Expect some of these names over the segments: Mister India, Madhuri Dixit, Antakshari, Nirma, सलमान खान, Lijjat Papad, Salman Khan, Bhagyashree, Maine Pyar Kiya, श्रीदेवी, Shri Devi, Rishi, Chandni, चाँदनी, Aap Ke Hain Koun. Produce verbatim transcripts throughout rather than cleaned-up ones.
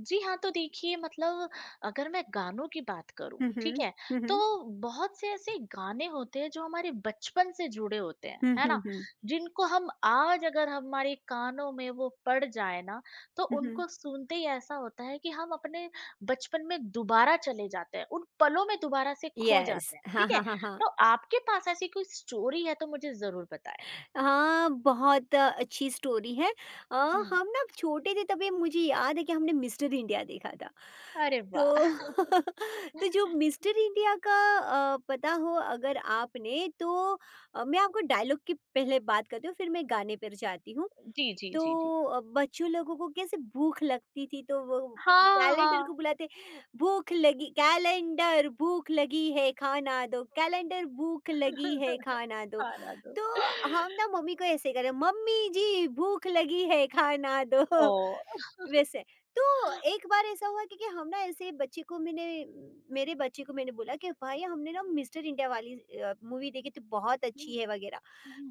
जी हाँ, तो देखिए मतलब अगर मैं गानों की बात करूँ, हुँ, ठीक हुँ। है? हुँ, हुँ। तो बहुत से ऐसे गाने होते हैं जो हमारे बचपन से जुड़े होते हैं, हुँ, है हुँ, ना? हुँ। जिनको हम आज अगर हमारे कानों में वो पड़ जाए ना, तो हुँ, हुँ। उनको सुनते ही ऐसा होता है कि हम अपने बचपन में दोबारा चले जाते हैं, उन पलों में दोबारा से खो यस। जाते हैं, हाँ, ठीक है? हाँ, हाँ, हाँ। तो आपके पास ऐसी कोई स्टोरी है तो मुझे ज़रूर बताएँ? हाँ, बहुत अ, अच्छी स्टोरी है। अ, हुँ। हम ना छोटे थे तभी मुझे याद है कि हमने मिस्टर इंडिया देखा था। अरे तो वाह! तो जो मिस्टर इंडिया का अ, पता हो अगर आपने तो अ, मैं आपको डायलॉग की पहले बात करती हूँ फिर मैं गाने पर जाती हूँ। जी, जी, तो जी, जी। अ, बच्चों लोगों को कैसे भूख लगती थी तो वो हाँ, कैलेंडर को हाँ। बुलाते भूख लगी कैलेंडर भूख लगी है खाना दो कैलेंडर भूख लगी है खाना दो। खाना दो। तो हम ना मम्मी को ऐसे करें मम्मी जी भूख लगी है खाना दो। Oo. वैसे तो एक बार ऐसा हुआ क्योंकि हम ना ऐसे बच्चे को मैंने मेरे बच्चे को मैंने बोला कि भाई हमने ना मिस्टर इंडिया वाली मूवी देखी तो बहुत Hmm. अच्छी है वगैरह।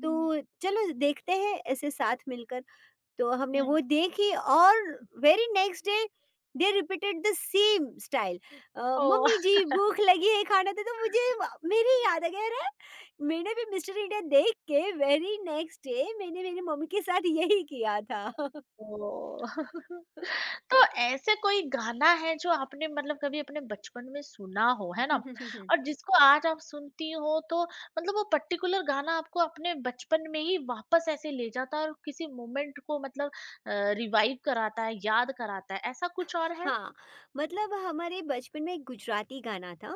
तो चलो देखते हैं ऐसे साथ मिलकर। तो Hmm, हमने वो hmm, देखी और very next day they repeated the same style. Mummy oh! जी भूख लगी है खाना दे तो मुझे वा- मेरी याद आ गया अरे मैंने भी मिस्टर इंडिया देख के वेरी नेक्स्ट डे मैंने मेरी मम्मी के साथ यही किया था। ओह! तो ऐसे कोई गाना है जो आपने मतलब कभी अपने बचपन में सुना हो, है ना? और जिसको आज आप सुनती हो तो मतलब वो पर्टिकुलर गाना आपको अपने बचपन में ही वापस ऐसे ले जाता है और किसी मोमेंट को मतलब अ, रिवाइव कराता है, याद कराता है, ऐसा कुछ और है? हाँ, मतलब हमारे बचपन में एक गुजराती गाना था।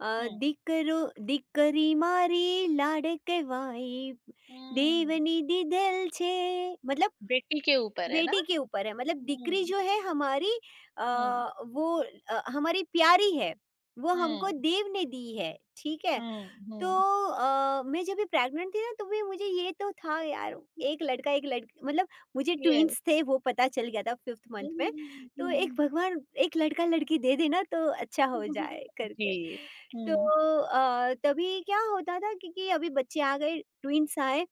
अ, हुँ। दिकरो दिकरी मारी लाडकवाई हुँ। देवनी दिधेल छे। मतलब बेटी के ऊपर है ना? बेटी के ऊपर है मतलब डिक्री हुँ, जो है हमारी, अ, हुँ, वो अ, हमारी प्यारी है, वो हमको हुँ। देव ने दी है, ठीक है? हुँ, तो हुँ। अ, मैं जब भी प्रेग्नेंट थी ना तो भी मुझे ये तो था यार एक लड़का एक लड़की, मतलब मुझे Yes. ट्विन्स थे वो पता चल गया था फिफ्थ मंथ में। तो एक भगवान एक लड़का-लड़की दे देना तो अच्छा हो जाए करके। जी। तो हुँ। अ, तभी क्या होता था क्योंकि अभी बच्चे आ गए, ट्विन्स आए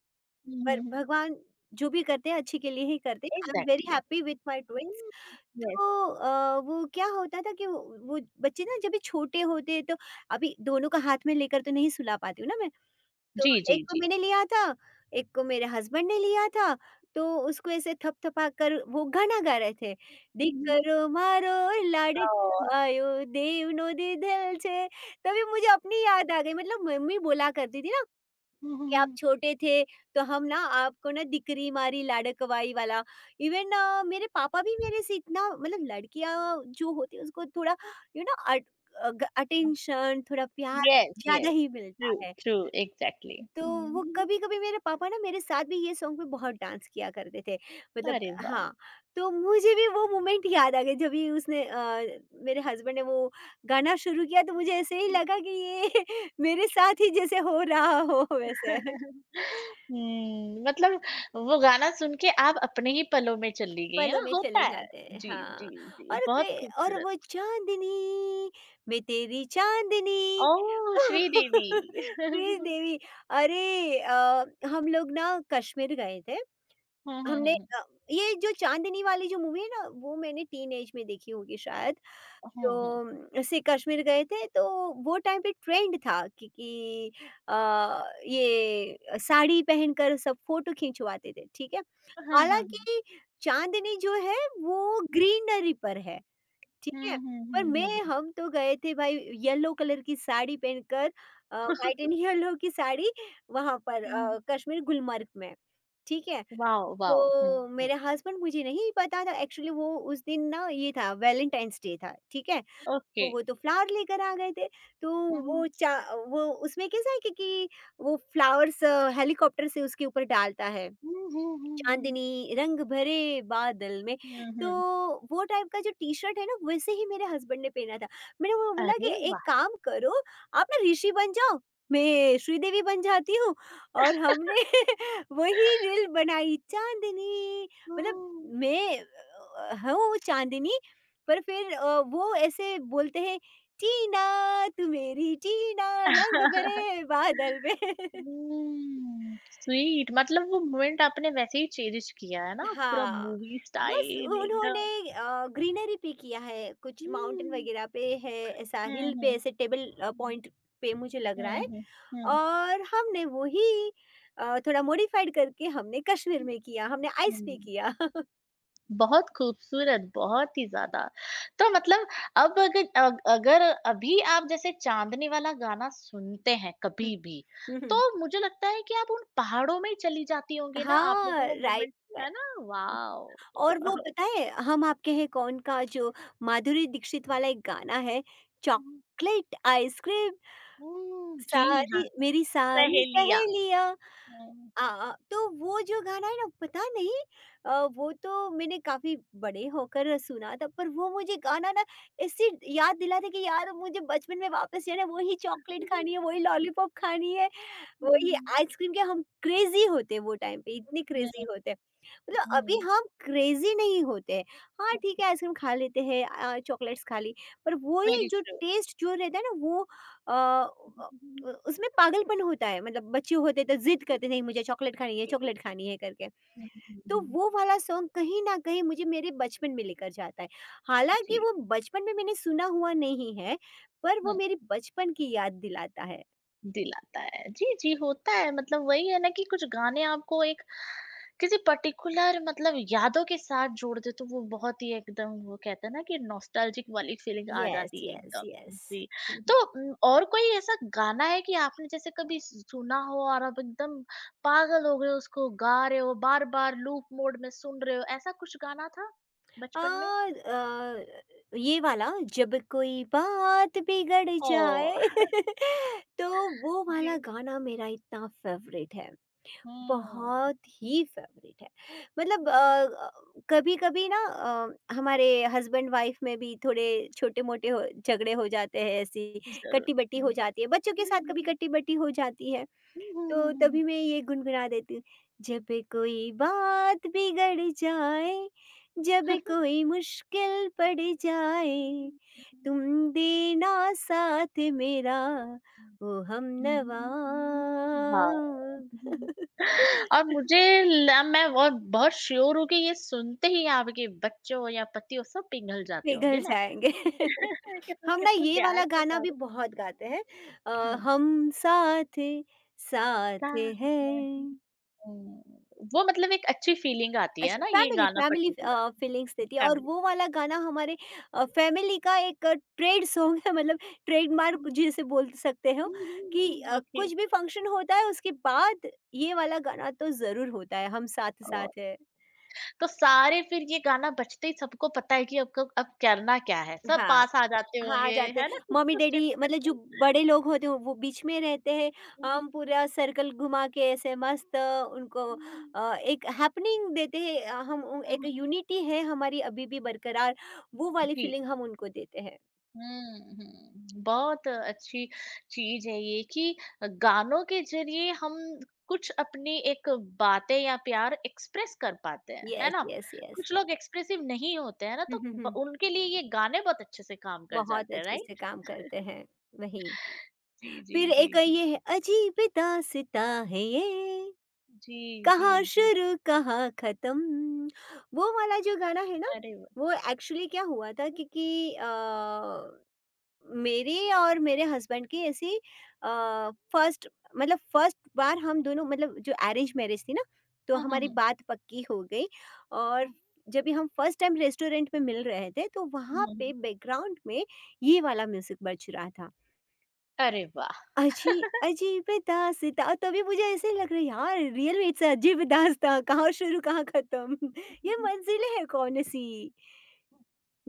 हुँ, पर हुँ, हुँ। भगवान जो भी करते हैं अच्छे के लिए ही करते हैं। I am very exactly. Happy with my hmm. Twins. Yes. तो अ, वो क्या होता था कि वो वो बच्चे ना जब भी छोटे होते हैं तो अभी दोनों को हाथ में लेकर तो नहीं सुला पाती हूँ ना मैं। तो जी, जी, एक को जी। मैंने लिया था, एक को मेरे हस्बैंड ने लिया था। तो उसको ऐसे थपथपा कर वो गाना गा रहे थे। हुँ, "દીકરો મારો लाडको ओह! भायो देवनो દીधેल છે"। तभी मुझे अपनी याद आ गई मतलब मम्मी बोला करती थी ना हुँ, हुँ, कि आप हुँ। छोटे थे तो हम ना आपको ना दिकरी मारी लाडकवाई वाला। इवन अ, मेरे पापा भी मेरे से इतना मतलब लड़कियां जो होती है उसको थोड़ा, यू नो, अटेंशन थोड़ा प्यार येस, ज्यादा येस। ही ट्रू, मिलता है। True, exactly. तो वो हुँ। कभी कभी मेरे पापा ना मेरे साथ भी ये सॉन्ग पे बहुत डांस किया करते थे मतलब। अरे वाह! हाँ, तो मुझे भी वो मोमेंट याद आ गया जब भी उसने अ, मेरे हस्बैंड ने वो गाना शुरू किया तो मुझे ऐसे ही लगा कि ये मेरे साथ ही जैसे हो रहा हो वैसे हुँ, मतलब वो गाना सुन के आप अपने ही पलों में चली गई, है पलों ना? में चले होता है। जाते हैं जी, हाँ। जी, जी, और बहुत कई और खूबसूरत। वो चांदनी, मैं तेरी चांदनी। ओह! श्रीदेवी। श्री देवी। अरे अ, हम लोग ना कश्मीर गए थे। हुँ, हुँ, हुँ, हमने हुँ। अ, ये जो चांदनी वाली जो मूवी है ना वो मैंने टीन एज में देखी होगी शायद। हुँ, हुँ। तो ऐसे कश्मीर गए थे तो वो टाइम पे ट्रेंड था कि कि अ, ये साड़ी पहनकर सब फोटो खिंचवाते थे, ठीक है? हाँ, हाँ, हाँ। हालाँकि चाँदनी जो है वो ग्रीनरी पर है, ठीक हुँ, है? हुँ, पर हुँ, मैं हुँ। हम तो गए थे भाई येलो कलर की साड़ी पहनकर, अ, व्हाइट एंड येलो की साड़ी, वहाँ पर हुँ, हुँ। अ, कश्मीर गुलमर्ग में, ठीक है? वाओ! वाओ! हुँ, तो हुँ। मेरे हस्बैंड मुझे नहीं पता था एक्चुअली वो उस दिन ना ये था वैलेंटाइन्स डे था, ठीक है? ओके। तो वो तो फ्लावर लेकर आ गए थे। तो हुँ, वो हुँ। चा वो उसमें कैसा है कि कि वो फ्लावर्स हेलीकॉप्टर से उसके ऊपर डालता है। हुँ, हुँ, हुँ, हुँ। चांदनी रंग भरे बादल में। हुँ, तो हुँ। वो टाइप का जो टी-शर्ट है ना वैसे ही मेरे हस्बैंड ने पहना था। मैंने वो बोला कि अरे एक वाह! काम करो आप ना ऋषि बन जाओ, मैं श्रीदेवी बन जाती हूँ और हमने वही रील बनाई चांदनी। मतलब हुँ। मैं अ, हूँ चांदनी, पर फिर अ, वो ऐसे बोलते हैं, "टीना, तू मेरी टीना, हुँ, रंग भरे बादल में।" स्वीट मतलब वो मोमेंट आपने वैसे ही चेरिश किया है ना, पूरा हाँ, मूवी बस स्टाइल उन्होंने एकदम। अ, ग्रीनरी पे किया है, कुछ माउंटेन हुँ। वगैरह पे है, ऐसा हुँ, हिल पे हुँ। ऐसे टेबल अ, पॉइंट पे मुझे लग रहा हुँ, है। हुँ, हुँ। और हमने वही अ, थोड़ा मॉडिफाइड करके हमने कश्मीर हुँ, में किया, हमने आइस पे हुँ। किया। बहुत खूबसूरत, बहुत ही ज़्यादा। तो मतलब अब अगर अ, अगर अभी आप जैसे चाँदनी वाला गाना सुनते हैं हुँ, कभी भी, हुँ, हुँ। तो मुझे लगता है कि आप उन पहाड़ों में ही चली जाती होंगी ना, आपने हाँ, जो वो राइट, मोमेंट राइट। है ना? वॉव! और वो पता है हम आपके हैं कौन का जो माधुरी दीक्षित वाला एक गाना है, हुँ, चॉकलेट आइसक्रीम हुँ, जी हाँ, सारी मेरी सारी सहेलियाँ। सहेलियाँ। हुँ। अ, तो वो जो गाना है ना पता नहीं अ, वो तो मैंने काफ़ी बड़े होकर सुना था पर वो मुझे गाना ना ऐसे याद दिलाता कि यार मुझे बचपन में वापस जो है ना वही चॉकलेट खानी है, वही लॉलीपॉप खानी है, वही हुँ, आइसक्रीम के हम क्रेज़ी होते हैं वो टाइम पे, इतने क्रेज़ी हुँ, होते हैं। मतलब हुँ, अभी हुँ। हम क्रेज़ी नहीं होते हैं। हाँ, ठीक है आइसक्रीम खा लेते हैं, अ, चॉकलेट्स खा ली, पर वही वेरी जो ट्रू। टेस्ट जो रहता है ना वो अ, अ, उ उसमें पागलपन होता है। मतलब बच्चे होते तो ज़िद करते नहीं मुझे चॉकलेट खानी है, जी। चॉकलेट खानी है करके। हुँ, हुँ, तो हुँ, वो वाला सॉन्ग कहीं न कहीं मुझे मेरे बचपन में लेकर जाता है। हालाँकि जी। वो बचपन में मैंने सुना हुआ नहीं है, पर वो मेरी बचपन की याद दिलाता है। दिलाता है। जी, जी, होता है मतलब वही है ना कि कुछ गाने आपको एक किसी पर्टिकुलर मतलब यादों के साथ जोड़ दे तो वो बहुत ही एकदम वो कहते हैं ना कि नॉस्टैल्जिक वाली फीलिंग आ यस, जाती है यस, एकदम। यस। जी, हुँ, हुँ। तो उम, और कोई ऐसा गाना है कि आपने जैसे कभी सु सुना हो और आप एकदम पागल हो गए हो उसको गा रहे हो, बार-बार लूप मोड में सुन रहे हो, ऐसा कुछ गाना था बचपन में? और अ, ये वाला जब कोई बात बिगड़ ओह! जाए तो वो जी। वाला गाना मेरा इतना फ़ेवरेट है, हुँ। बहुत ही फ़ेवरेट है। मतलब अ हुँ। अ, कभी-कभी ना अ, हमारे हस्बैंड वाइफ़ में भी थोड़े छोटे-मोटे हो झगड़े हो जाते हैं, ऐसी ज़रूर। कट्टी-बट्टी हो हुँ। जाती है, बच्चों के हुँ, साथ कभी हुँ। कट्टी-बट्टी हो जाती है। हुँ, हुँ, तो हुँ, हुँ। तभी मैं ये गुनगुना देती हूँ, जब कोई बात बिगड़ जाए, जब कोई मुश्किल पड़ जाए, तुम देना साथ मेरा, ओ हमनवा। हाँ। और मुझे ल मैं और बहुत श्योर हूँ कि ये सुनते ही आपके बच्चों या पति वो सब पिघल जाते पिघल होंगे ना? जाएँगे। कितने हम ना कितने ये प्यार वाला से गाना गा भी रहे बहुत गाते हैं, अ, हम साथ, साथ हैं। हुँ। वो मतलब एक अच्छी फीलिंग आती है अच्छा ना ये फैमिली गाना फैमिली पर्टिकुलर अ, फीलिंग्स देती है और फैमिली वो वाला गाना हमारे अ, फैमिली का एक अ, ट्रेड सॉन्ग है मतलब ट्रेडमार्क हुँ, जिसे बोल सकते हो हुँ, हुँ, कि हुँ। अ, ओके कुछ भी फंक्शन होता है उसके बाद ये वाला गाना तो ज़रूर होता है हम साथ ओह! साथ है। तो सारे फिर ये गाना बजते ही सबको पता है कि अब क अब करना क्या है? सब हाँ, पास आ जाते हाँ, आ होंगे, जाते है हैं। ना? कुछ तो मम्मी-डैडी स्टेप्स मतलब जो करते बड़े लोग होते हैं वो बीच में रहते हैं। हम हैं। पूरा सर्कल घुमा के ऐसे मस्त अ, उनको हुँ। अ, एक हैपनिंग देते हैं। अ, हम उ हुँ, एक हुँ। यूनिटी है हमारी अभी भी बरकरार, वो वाली जी। फीलिंग हम उनको देते हैं। हुँ, हुँ। बहुत अच्छी चीज़ है ये कि गानों के ज़रिए हम कुछ अपनी एक बातें या प्यार एक्सप्रेस कर पाते हैं, है यस, ना? Yes, yes. कुछ लोग एक्सप्रेसिव नहीं होते हैं ना, हुँ, तो हुँ, ब हुँ। उनके लिए ये गाने बहुत अच्छे से काम कर बहुत जाते हैं, अच्छे से राइट? काम करते हैं, वही। जी, जी, फिर जी, एक जी। ये है अजीब दास्ताँ है ये, जी, जी, कहाँ जी। शुरू कहाँ खत्म, वो वाला जो गाना है ना। अरे वाह! वो एक्चुअली क्या हुआ था हुँ, क्योंकि अ, मेरे और मेरे हस्बैंड की ऐसी फर्स्ट मतलब फर्स्ट बार हम दोनों मतलब जो अरेंज मैरिज थी ना तो हुँ, हमारी हुँ। बात पक्की हो गई और हुँ, जब भी हम फर्स्ट टाइम रेस्टोरेंट में मिल रहे थे तो हुँ, वहाँ पे हुँ। बैकग्राउंड में ये वाला म्यूजिक बज रहा था, अरे वाह! अजी अजीब दास्ताँ, और तभी मुझे ऐसे लग रहा है यार रियल में इट्स अ अजीब दास्ताँ कहाँ शुरू कहाँ खत्म। ये मंजिलें हैं कौन-सी,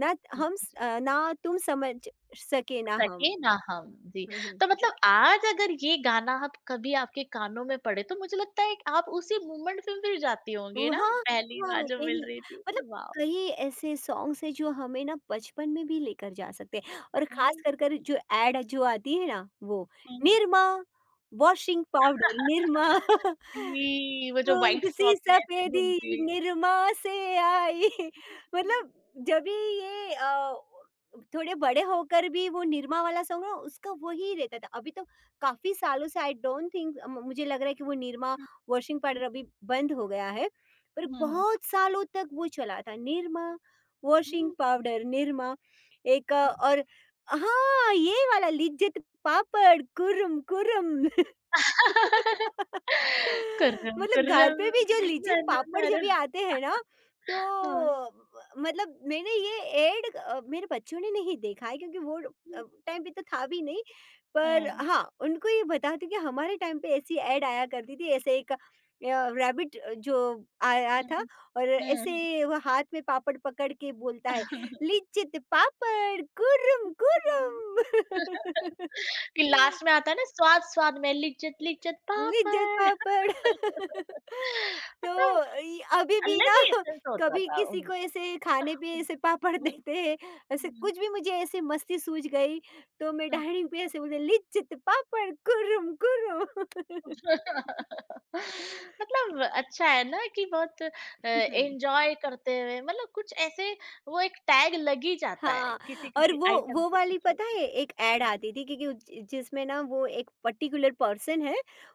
ना जी, हम स जी। अ, ना तुम समझ सके ना हम। सके ना हम, जी। हुँ, हुँ। तो मतलब आज अगर ये गाना आप कभी आपके कानों में पड़े तो मुझे लगता है कि आप उसी मोमेंट में फिर जाती होंगी वो ना? हाँ, पहली हाँ, बार जो यही मिल रही थी, मतलब वाओ! कई ऐसे सॉन्ग्स हैं जो हमें ना बचपन में भी लेकर जा सकते हैं और खास हुँ, कर कर जो ऐड जो आती है ना वो हुँ। Nirma, washing powder Nirma. जी, वो जो व्हाइट दूध सी फ्रॉक में ऐसे सफेदी घूमती निरमा से आई। मतलब जब भी ये अ, थोड़े बड़े होकर भी वो निरमा वाला सॉन्ग ना उसका वही रहता था अभी तो काफी सालों से आई डोंट थिंक मुझे लग रहा है कि वो निरमा हुँ, वॉशिंग पाउडर हुँ, अभी बंद हो गया है पर हुँ, बहुत सालों तक वो चला था निरमा वॉशिंग हुँ। पाउडर निरमा। एक अ, और हाँ ये वाला लिज्जत पापड़ कुरम कुरम। कुर्रम मतलब घर कुर्रम पे भी जो लिज्जत नरम पापड़ जब भी नरम आते हैं ना तो हाँ। मतलब मैंने ये ऐड, अ, मेरे बच्चों ने नहीं देखा है क्योंकि वो हुँ, टाइम पे तो था भी नहीं पर हाँ उनको ये बताती कि हमारे टाइम पे ऐसी ऐड आया करती थी ऐसे एक रैबिट जो आया हुँ, था हुँ, और हुँ। ऐसे वो हाथ में पापड़ पकड़ के बोलता है लिज्जत पापड़ गुर्रम गुर्रम। फिर लास्ट में आता है ना स्वाद स्वाद में लिज्जत लिज्जत लिज्जत पापड़ पापड़। मतलब तो इ अभी भी अलग ना ही एसेंस होता कभी था किसी उन को ऐसे खाने पे ऐसे पापड़ हुँ, देते हैं, ऐसे हुँ, कुछ भी मुझे ऐसे मस्ती सूझ गई, तो मैं हाँ। डाइनिंग पे ऐसे बोलती लिज्जत पापड़ कुर्रुम कुर्रुम। मतलब अच्छा है ना कि बहुत अ, हुँ। एन्जॉय करते हुए मतलब कुछ ऐसे वो एक टैग लग ही जाता है हाँ, और किसी-किसी वो आइटम वो के वाली पीछे। पता है एक ऐड हुँ, आती थी क्योंकि ज जिसमें ना वो एक पर्टिकुलर पर्सन है,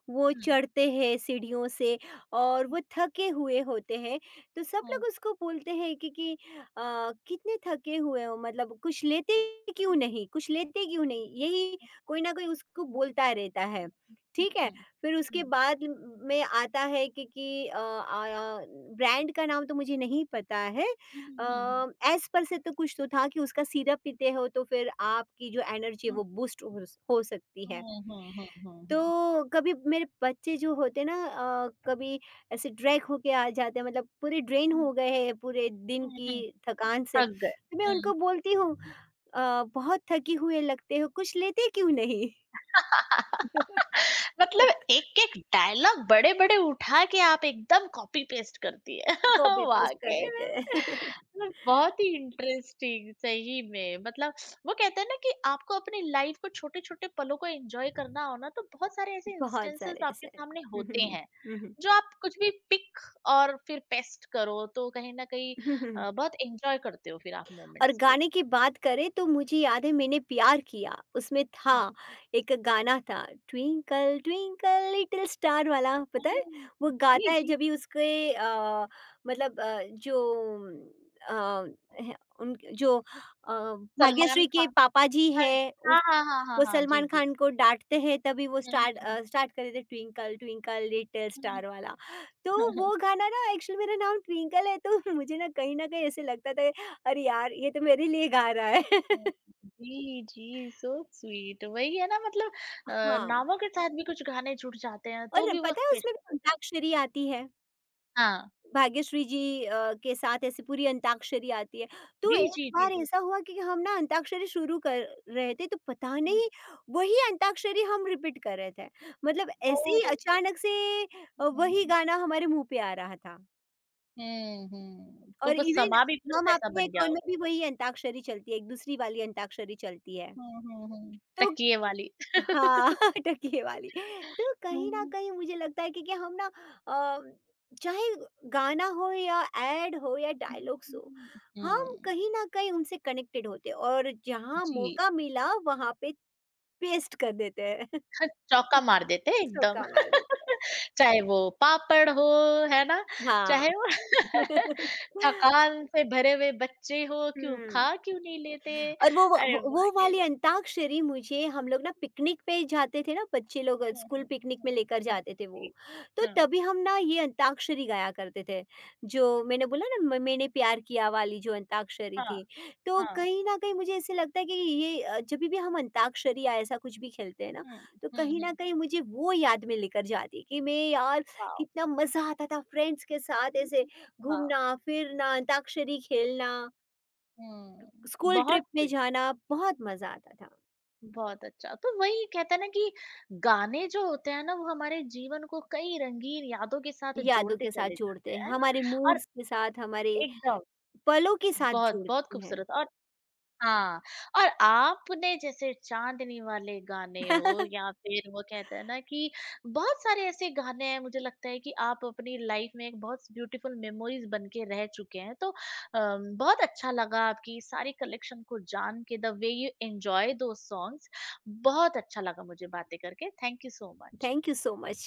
वो हुँ, चढ़ते हैं सीढ़ियों से और हुँ, वो थके हुए होते हैं, तो सब हुँ, लोग उसको बोलते हैं कि कि अ, कितने थके हुए हो मतलब कुछ लेते क्यों हुँ, नहीं? कुछ लेते क्यों नहीं? यही कोई ना कोई उसको बोलता रहता है, हुँ, हुँ, ठीक है? हुँ, फिर उसके हुँ, बाद में आता है कि कि अ, आ, ब्रांड का नाम तो मुझे नहीं पता है। हुँ, हुँ, हुँ, हुँ, एज पर से तो कुछ तो था कि उसका सीरप पीते हो तो फिर आपकी जो एनर्जी है वो बूस्ट हो, हो सकती है। हुँ, हुँ, हुँ, हुँ, हुँ, तो कभी मेरे बच्चे जो होते ना अ, कभी ऐसे ड्रैग होके आ जाते हैं मतलब पूरे ड्रेन हुँ। हो गए हैं पूरे दिन हुँ, की हुँ, थकान से थक गए। तो मैं हुँ। उनको बोलती हूँ "अ, बहुत थकी हुए लगते हो कुछ लेते क्यों नहीं"। मतलब एक-एक डायलॉग बड़े-बड़े उठा के आप एकदम कॉपी पेस्ट करती है। कॉपी पेस्ट कर वाक़ई देते में हैं। मतलब बहुत ही इंटरेस्टिंग सही में मतलब वो कहते हैं ना कि आपको अपनी लाइफ़ को छोटे-छोटे पलों को एन्जॉय करना हो ना तो बहुत सारे ऐसे बहुत इंस्टेंसेस सारे ऐसे आपके सामने होते हम्म, हैं, हम्म, जो आप कुछ भी पिक और फिर पेस्ट करो तो कहीं न कहीं हम्म, हम्म, हम्म। अ, बहुत एन्जॉय करते हो फिर आप और मोमेंट्स को। गाने की बात करें तो मुझे याद है मैंने प्यार किया उसमें था हुँ, एक हुँ। गाना था ट्विंकल ट्विंकल लिटिल स्टार वाला, पता है? हुँ, वो गाता जी, है जी। जब भी उसके अ, मतलब अ, जो अ, है- उन जो अ, सलमान भाग्यश्री के खान पापा जी हाँ, है हाँ, उस हाँ, हाँ, हाँ, वो हाँ, जी, सलमान जी। खान को डांटते हैं तभी वो स्टार्ट हुँ, अ, स्टार्ट कर देते twinkle twinkle little hmm, star वाला। तो हुँ, हुँ, वो गाना ना एक्चुअली मेरा नाम ट्विंकल है तो मुझे ना कहीं ना कहीं ऐसे लगता था अरे यार! ये तो मेरे लिए गा रहा है। जी, जी, सो स्वीट वही है ना मतलब अ, हाँ, नामों के साथ भी कुछ गाने जुड़ जाते हैं तो और भी वो पता है उसमें स्पेशल भी हो जाता अंताक्षरी आती है। है। हाँ, भाग्यश्री जी अ, के साथ ऐसी पूरी अंताक्षरी आती है। तो जी, एक जी, बार जी। ऐसा हुआ कि हम ना अंताक्षरी शुरू कर रहे थे तो पता हुँ, नहीं वही अंताक्षरी हम रिपीट कर रहे थे। मतलब ऐसे ही ओह! अचानक से अ, हुँ, वही गाना हमारे मुँह पे आ रहा था। हुँ, हुँ, तो और वो इवन समा भी फिर हम वैसा आपके है बन गया कौन में होगा। भी वही अंताक्षरी चलती है, एक दूसरी वाली अंताक्षरी चलती है। हुँ, हुँ, हुँ, तो तकिए वाली। हाँ टकिए वाली। तो कहीं न हुँ, कहीं मुझे लगता है कि कि हम ना अ, चाहे गाना हो या ऐड हो या हुँ, डायलॉग्स हुँ, हो, हम हुँ, कहीं न कहीं उनसे कनेक्टेड होते हैं और जहाँ जी, मौका मिला वहाँ पे पेस्ट कर देते हैं। हाँ, चौका मार देते एकदम। चौका मार देते हैं। चाहे वो पापड़ हो, है ना? हाँ। चाहे वो थकान से भरे हुए बच्चे हो, क्यों हुँ। खा क्यों नहीं लेते? और वो अरे वो वाह! वो के वाली अंताक्षरी मुझे हम लोग ना पिकनिक पे जाते थे ना बच्चे लोग अ, हुँ, स्कूल हुँ, पिकनिक में हुँ, लेकर हुँ, जाते थे वो। जी। तो हुँ, तभी हम ना ये अंताक्षरी गाया करते थे। जो मैंने बोला ना म मैंने प्यार किया वाली जो अंताक्षरी हाँ, थी। तो हाँ, कहीं न कहीं मुझे ऐसे लगता है कि ये अ, जभी भी हम अंताक्षरी या ऐसा कुछ भी खेलते हैं ना, हुँ, तो हुँ, कहीं न हुँ, कहीं मुझे वो याद में लेकर जाती है कि मैं यार वाओ! कितना मज़ा आता था फ्रेंड्स के साथ ऐसे हुँ, वाओ! घूमना, फिरना, अंताक्षरी खेलना। हुँ, स्कूल बहुत ट्रिप में स्वीट, जाना बहुत मज़ा आता था। बहुत अच्छा। तो वही कहते हैं ना कि गाने जो होते हैं ना, वो हमारे जीवन को कई रंगीन यादों के साथ यादों जोड़ते के साथ चले जाते जोड़ते हैं, हैं, है ना? हमारे और मूड्स के साथ, हमारे एकदम पलों के साथ बहुत, बहुत जोड़ते हैं। खूबसूरत और हाँ, और आपने जैसे चाँदनी वाले गाने हो या फिर वो कहते हैं ना कि बहुत सारे ऐसे गाने हैं मुझे लगता है कि आप अपनी लाइफ में एक बहुत ब्यूटीफुल मेमोरीज बन के रह चुके हैं। तो अम, बहुत अच्छा लगा आपकी सारी कलेक्शन को जान के the way you enjoy those songs बहुत अच्छा लगा मुझे बातें करके। Thank you so much. Thank you so much.